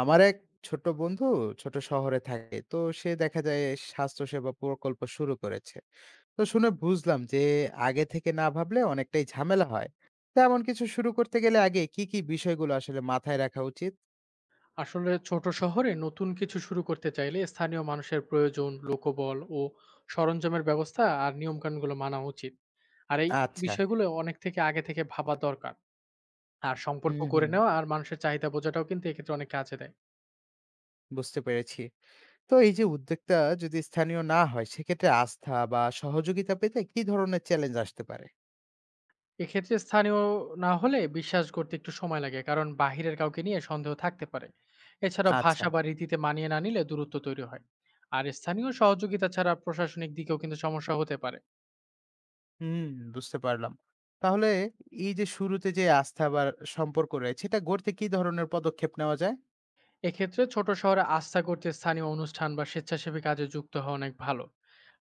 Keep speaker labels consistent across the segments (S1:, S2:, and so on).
S1: আমার এক ছোট বন্ধু ছোট শহরে থাকে, তো সে দেখা যায় স্বাস্থ্যসেবা প্রকল্প শুরু করেছে। তো শুনে বুঝলাম যে আগে থেকে না ভাবলে অনেকটাই ঝামেলা হয়। তো এমন কিছু শুরু করতে গেলে আগে কি কি বিষয়গুলো আসলে মাথায় রাখা উচিত?
S2: আসলে ছোট শহরে নতুন কিছু শুরু করতে চাইলে স্থানীয় মানুষের প্রয়োজন, লোকবল ও সরঞ্জামের ব্যবস্থা, আর নিয়মকানুনগুলো মানা উচিত। আর এই
S1: আচ্ছা।
S2: বিষয়গুলো অনেক থেকে আগে থেকে ভাবা দরকার। আর সম্পর্ক
S1: হুম,
S2: গড়ে
S1: হুম,
S2: নেওয়া আর মানুষের চাহিদা বোঝাটাও কিন্তু এক্ষেত্রে অনেক কাজে দেয়।
S1: বুঝতে পেরেছি। তো এই যে উদ্যোক্তা যদি স্থানীয় না হয়, সেক্ষেত্রে আস্থা বা সহযোগিতা পেতে কি ধরনের চ্যালেঞ্জ আসতে পারে?
S2: এক্ষেত্রে স্থানীয় না হলে বিশ্বাস করতে একটু সময় লাগে, কারণ বাহিরের কাউকে নিয়ে সন্দেহ থাকতে পারে। এছাড়া
S1: আচ্ছা।
S2: ভাষা বা রীতিতে মানিয়ে না নিলে দূরত্ব তৈরি হয়। আর স্থানীয় সহযোগিতা ছাড়া প্রশাসনিক দিকেও কিন্তু সমস্যা হতে পারে।
S1: হুম, বুঝতে পারলাম। তাহলে এই যে শুরুতে যে আস্থা বা সম্পর্ক রয়েছে, এটা গড়তে কি ধরনের পদক্ষেপ নেওয়া যায়?
S2: এক্ষেত্রে ছোট শহরে আস্থা করতে স্থানীয় অনুষ্ঠান বা স্বেচ্ছাসেবী কাজে যুক্ত হওয়া অনেক ভালো।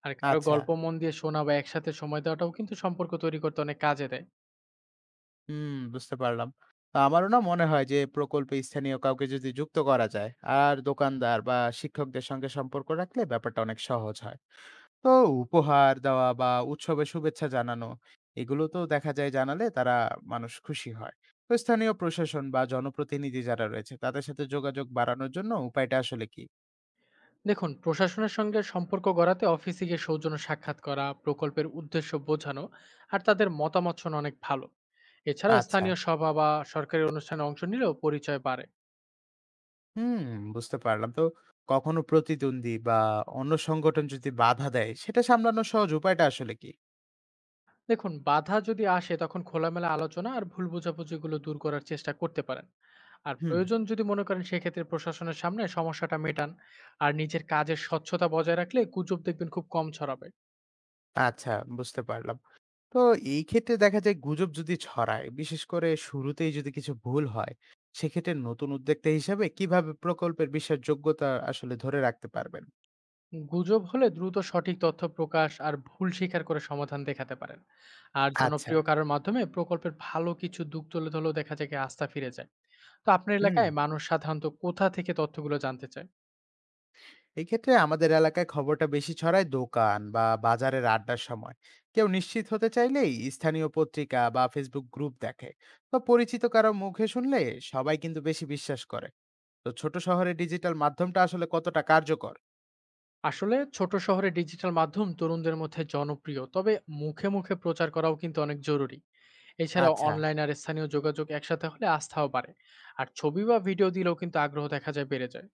S2: আর কারো
S1: আচ্ছা,
S2: গল্প মন দিয়ে শোনা বা একসাথে সময় দেওয়াটাও কিন্তু সম্পর্ক তৈরি করতে অনেক কাজে দেয়।
S1: হুম, বুঝতে পারলাম। তো আমারও না মনে হয় যে প্রকল্পে স্থানীয় কাউকে যদি যুক্ত করা যায় আর দোকানদার বা শিক্ষকদের সঙ্গে সম্পর্ক রাখলে ব্যাপারটা অনেক সহজ হয়। তো উপহার দেওয়া বা উৎসবে শুভেচ্ছা জানানো, এগুলো তো দেখা যায় জানালে তারা মানুষ খুশি হয়। তো স্থানীয় প্রশাসন বা জনপ্রতিনিধি যারা রয়েছে তাদের সাথে যোগাযোগ বাড়ানোর জন্য উপায়টা আসলে কি?
S2: দেখুন, প্রশাসনের সঙ্গে সম্পর্ক গড়াতে অফিসে গিয়ে সৌজন্য সাক্ষাৎ করা, প্রকল্পের উদ্দেশ্য বোঝানো আর তাদের মতামত শোনা অনেক ভালো। এছাড়া
S1: আচ্ছা।
S2: স্থানীয় সভা বা সরকারি অনুষ্ঠানে অংশ নিলেও পরিচয় বাড়ে।
S1: হুম, বুঝতে পারলাম। তো কখনো প্রতিদ্বন্দ্বী বা অন্য সংগঠন যদি বাধা দেয়, সেটা সামলানোর সহজ উপায়টা আসলে কি?
S2: দেখুন, বাধা যদি আসে তখন খোলামেলা আলোচনা আর ভুল বোঝাবুঝিগুলো দূর করার চেষ্টা করতে পারেন। আর
S1: হুম।
S2: প্রয়োজন যদি মনে করেন সেক্ষেত্রে প্রশাসনের সামনে সমস্যাটা মেটান। আর নিজের কাজের স্বচ্ছতা বজায় রাখলে গুজব দেখবেন খুব কম ছড়াবে।
S1: আচ্ছা, বুঝতে পারলাম। তো এই ক্ষেত্রে দেখা যায় গুজব যদি ছড়ায়, বিশেষ করে শুরুতেই যদি কিছু ভুল হয়, সেক্ষেত্রে নতুন উদ্যোক্তা হিসাবে কিভাবে প্রকল্পের বিশ্বাসযোগ্যতা আসলে ধরে রাখতে পারবেন?
S2: গুজব হলে দ্রুত সঠিক তথ্য প্রকাশ আর ভুল স্বীকার করে সমাধান দেখাতে পারেন। আর
S1: আচ্ছা,
S2: জনপ্রিয় কারোর মাধ্যমে প্রকল্পের ভালো কিছু দিক তুলে ধরলেও দেখা যায় কি আস্থা ফিরে যায়। তো আপনার
S1: হুম।
S2: এলাকায় মানুষ সাধারণত কোথা থেকে তথ্যগুলো জানতে চায়?
S1: এক্ষেত্রে আমাদের এলাকায় খবরটা বেশি ছড়ায় দোকান বা বাজারের আড্ডার সময়। কেউ নিশ্চিত হতে চাইলেই স্থানীয় পত্রিকা বা ফেসবুক গ্রুপ দেখে। তো পরিচিত কারো মুখে শুনলে সবাই কিন্তু বেশি বিশ্বাস করে। তো ছোট শহরে ডিজিটাল মাধ্যমটা আসলে কতটা কার্যকর?
S2: আসলে ছোট শহরে ডিজিটাল মাধ্যম তরুণদের মধ্যে জনপ্রিয়, তবে মুখে মুখে প্রচার করাও কিন্তু অনেক জরুরি। এছাড়াও
S1: আচ্ছা।
S2: অনলাইন আর স্থানীয় যোগাযোগ একসাথে হলে আস্থাও বাড়ে। আর ছবি বা ভিডিও দিলেও কিন্তু আগ্রহ দেখা যায় বেড়ে যায়।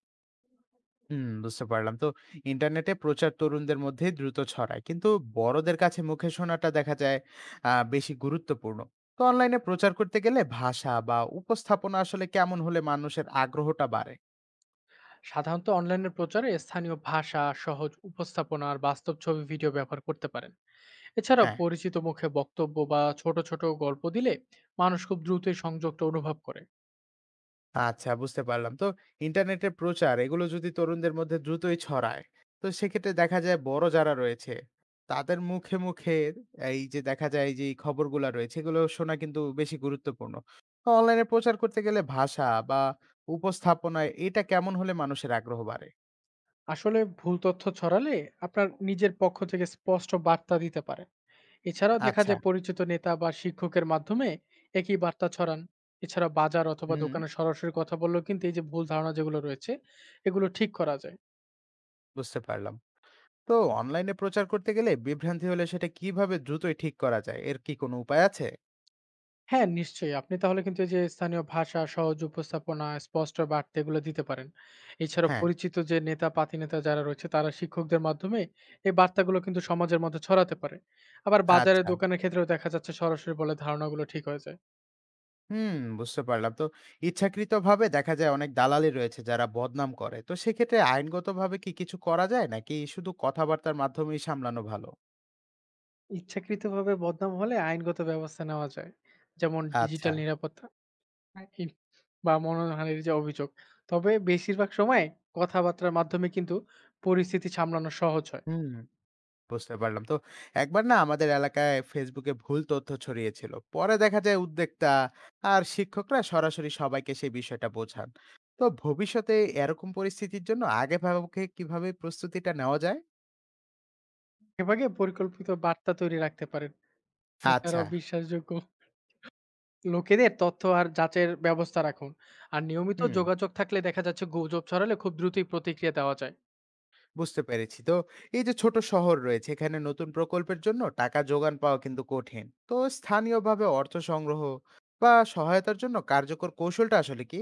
S1: হুম, বুঝতে পারলাম। তো ইন্টারনেটে প্রচার তরুণদের মধ্যে দ্রুত ছড়ায়, কিন্তু বড়দের কাছে মুখে শোনাটা দেখা যায় বেশি গুরুত্বপূর্ণ। তো অনলাইনে প্রচার করতে গেলে ভাষা বা উপস্থাপনা আসলে কেমন হলে মানুষের আগ্রহটা বাড়ে?
S2: সাধারণত অনলাইনের প্রচারে স্থানীয় ভাষা, সহজ উপস্থাপনা আর বাস্তব ছবি, ভিডিও ব্যবহার করতে পারেন। এছাড়াও
S1: হ্যাঁ।
S2: পরিচিত মুখে বক্তব্য বা ছোট ছোট গল্প দিলে মানুষ খুব দ্রুতই সংযোগটা অনুভব করে।
S1: আচ্ছা, বুঝতে পারলাম। তো ইন্টারনেটের প্রচার এগুলো যদি তরুণদের মধ্যে দ্রুতই ছড়ায়, তো সেক্ষেত্রে দেখা যায় বড় যারা রয়েছে, তাদের মুখে, মুখে এই যে দেখা যায় যে এই খবরগুলা রয়েছে এগুলো শোনা কিন্তু বেশি গুরুত্বপূর্ণ। অনলাইনে প্রচার করতে গেলে ভাষা বা উপস্থাপনায় এটা কেমন হলে মানুষের আগ্রহ বাড়ে?
S2: আসলে ভুল তথ্য ছড়ালে আপনার নিজের পক্ষ থেকে স্পষ্ট বার্তা দিতে পারে। এছাড়াও দেখা
S1: আচ্ছা,
S2: যায় পরিচিত নেতা বা শিক্ষকের মাধ্যমে একই বার্তা ছড়ান। এছাড়া বাজার অথবা
S1: হুম,
S2: দোকানে সরাসরি কথা বললেও কিন্তু এই যে ভুল ধারণা যেগুলো রয়েছে, এগুলো ঠিক করা যায়।
S1: বুঝতে পারলাম। তো অনলাইনে প্রচার করতে গেলে বিভ্রান্তি হলে সেটা কিভাবে দ্রুতই ঠিক করা যায়? এর কি কোনো উপায় আছে?
S2: হ্যাঁ, নিশ্চয়ই আপনি তাহলে কিন্তু এই যে স্থানীয় ভাষা, সহজ উপস্থাপনা, স্পষ্ট বার্তা এগুলো দিতে পারেন। এছাড়া
S1: হ্যাঁ।
S2: পরিচিত যে নেতা, পাতি নেতা যারা রয়েছে, তারা শিক্ষকদের মাধ্যমে এই বার্তাগুলো কিন্তু সমাজের মধ্যে ছড়াতে পারে। আবার বাজারের
S1: আচ্ছা।
S2: দোকানের ক্ষেত্রেও দেখা যাচ্ছে সরাসরি বলে ধারণাগুলো ঠিক হয়ে যায়।
S1: হুম, বুঝতে পারলাম। তো ইচ্ছাকৃতভাবে দেখা যায় অনেক দালালি রয়েছে যারা বদনাম করে, তো সেক্ষেত্রে আইনগতভাবে কি কিছু করা যায়, নাকি শুধু কথাবার্তার মাধ্যমেই সামলানো ভালো?
S2: ইচ্ছাকৃতভাবে বদনাম হলে আইনগত ব্যবস্থা নেওয়া যায়, যেমন
S1: আচ্ছা।
S2: ডিজিটাল নিরাপত্তা নাকি বা মনোহানির যে অভিযোগ। তবে বেশিরভাগ সময় কথাবার্তার মাধ্যমে কিন্তু পরিস্থিতি সামলানো সহজ হয়।
S1: হুম, বুঝতে পারলাম। তো একবার না আমাদের এলাকায় ফেসবুকে ভুল তথ্য ছড়িয়েছিল, পরে দেখা যায় উদ্যোক্তা আর শিক্ষকরা সরাসরি সবাইকে সেই বিষয়টা বোঝান। তো ভবিষ্যতে এরকম পরিস্থিতির জন্য আগে ভাবে কিভাবে প্রস্তুতিটা নেওয়া যায়?
S2: এভাবে পরিকল্পিত বার্তা তৈরি রাখতে পারেন।
S1: আচ্ছা।
S2: এছাড়াও বিশ্বাসযোগ্য লোকেদের তথ্য আর যাচাইয়ের ব্যবস্থা রাখুন। আর নিয়মিত
S1: হুম,
S2: যোগাযোগ থাকলে দেখা যাচ্ছে গুজব ছড়ালে খুব দ্রুতই প্রতিক্রিয়া দেওয়া যায়।
S1: বুঝতে পেরেছি। তো এই যে ছোট শহর রয়েছে, এখানে নতুন প্রকল্পের জন্য টাকা জোগান পাওয়া কিন্তু কঠিন। তো স্থানীয়ভাবে অর্থ সংগ্রহ বা সহায়তার জন্য কার্যকর কৌশলটা আসলে কি?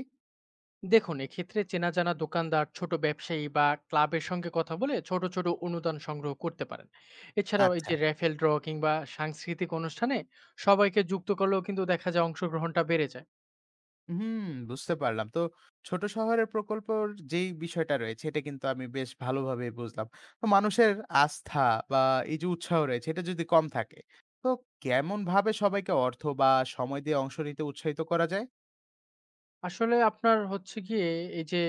S2: দেখুন, এক্ষেত্রে চেনা জানা দোকানদার, ছোট ব্যবসায়ী বা ক্লাবের সঙ্গে কথা বলে ছোট ছোট অনুদান সংগ্রহ করতে পারেন। এছাড়াও এই
S1: আচ্ছা।
S2: যে রেফেল ড্র কিংবা সাংস্কৃতিক অনুষ্ঠানে সবাইকে যুক্ত করলেও কিন্তু দেখা যায় অংশগ্রহণটা বেড়ে যায়।
S1: হুম, বুঝতে পারলাম। তো ছোট শহরের প্রকল্পর যেই বিষয়টা রয়েছে এটা কিন্তু আমি বেশ ভালোভাবে বুঝলাম। তো মানুষের আস্থা বা এই যে উৎসাহ রয়েছে এটা যদি কম থাকে, তো কেমন ভাবে সবাইকে অর্থ বা সময় দিয়ে অংশ নিতে উৎসাহিত করা যায়?
S2: আসলে আপনার হচ্ছে গিয়ে এই যে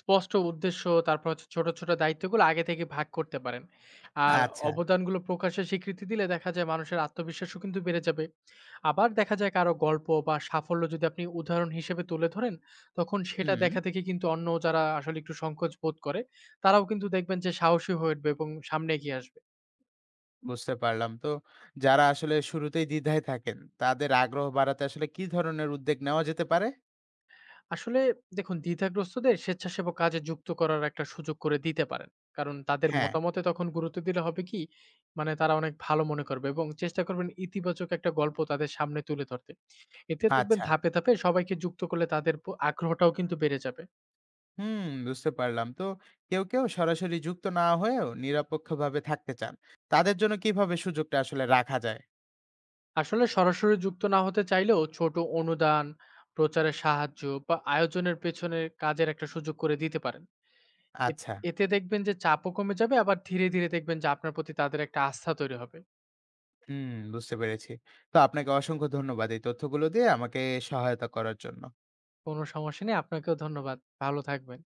S2: স্পষ্ট উদ্দেশ্য, তারপর হচ্ছে ছোট ছোট দায়িত্বগুলো আগে থেকে ভাগ করতে পারেন। আর
S1: আচ্ছা।
S2: অবদানগুলো প্রকাশের স্বীকৃতি দিলে দেখা যায় মানুষের আত্মবিশ্বাসও কিন্তু বেড়ে যাবে। আবার দেখা যায় কারো গল্প বা সাফল্য যদি আপনি উদাহরণ হিসেবে তুলে ধরেন, তখন সেটা
S1: হুম,
S2: দেখা থেকে কিন্তু অন্য যারা আসলে একটু সংকোচ বোধ করে, তারাও কিন্তু দেখবেন যে সাহসী হয়ে উঠবে এবং সামনে এগিয়ে আসবে।
S1: বুঝতে পারলাম। তো যারা আসলে শুরুতেই দ্বিধায় থাকেন, তাদের আগ্রহ বাড়াতে আসলে কি ধরনের উদ্যোগ নেওয়া যেতে পারে?
S2: আসলে দেখুন, দ্বিধাগ্রস্তদের স্বেচ্ছাসেবক কাজে যুক্ত করার একটা সুযোগ করে দিতে পারেন। কারণ তাদের
S1: হ্যাঁ।
S2: মতামতে তখন গুরুত্ব দিলে হবে কি মানে তারা অনেক ভালো মনে করবে, এবং চেষ্টা করবেন ইতিবাচক একটা গল্প তাদের সামনে তুলে ধরতে। এতে দেখবেন
S1: আচ্ছা।
S2: ধাপে ধাপে সবাইকে যুক্ত করলে তাদের আগ্রহটাও কিন্তু বেড়ে যাবে।
S1: হুম, বুঝতে পারলাম। তো কেউ, কেউ সরাসরি যুক্ত না হয়েও নিরপেক্ষভাবে থাকতে চান। তাদের জন্য কিভাবে সুযোগটা আসলে রাখা যায়?
S2: আসলে সরাসরি যুক্ত না হতে চাইলেও ছোট অনুদান, প্রচারের সাহায্য বা আয়োজনের পেছনে কাজের একটা সুযোগ করে দিতে পারেন। এ-
S1: আচ্ছা।
S2: এতে দেখবেন যে চাপও কমে যাবে, আবার ধীরে ধীরে দেখবেন যে আপনার প্রতি তাদের একটা আস্থা তৈরি হবে।
S1: হুম, বুঝতে পেরেছি। তো আপনাকে অসংখ্য ধন্যবাদ এই তথ্যগুলো দিয়ে আমাকে সহায়তা করার জন্য।
S2: কোনো সমস্যা নেই। আপনাকেও ধন্যবাদ। ভালো থাকবেন।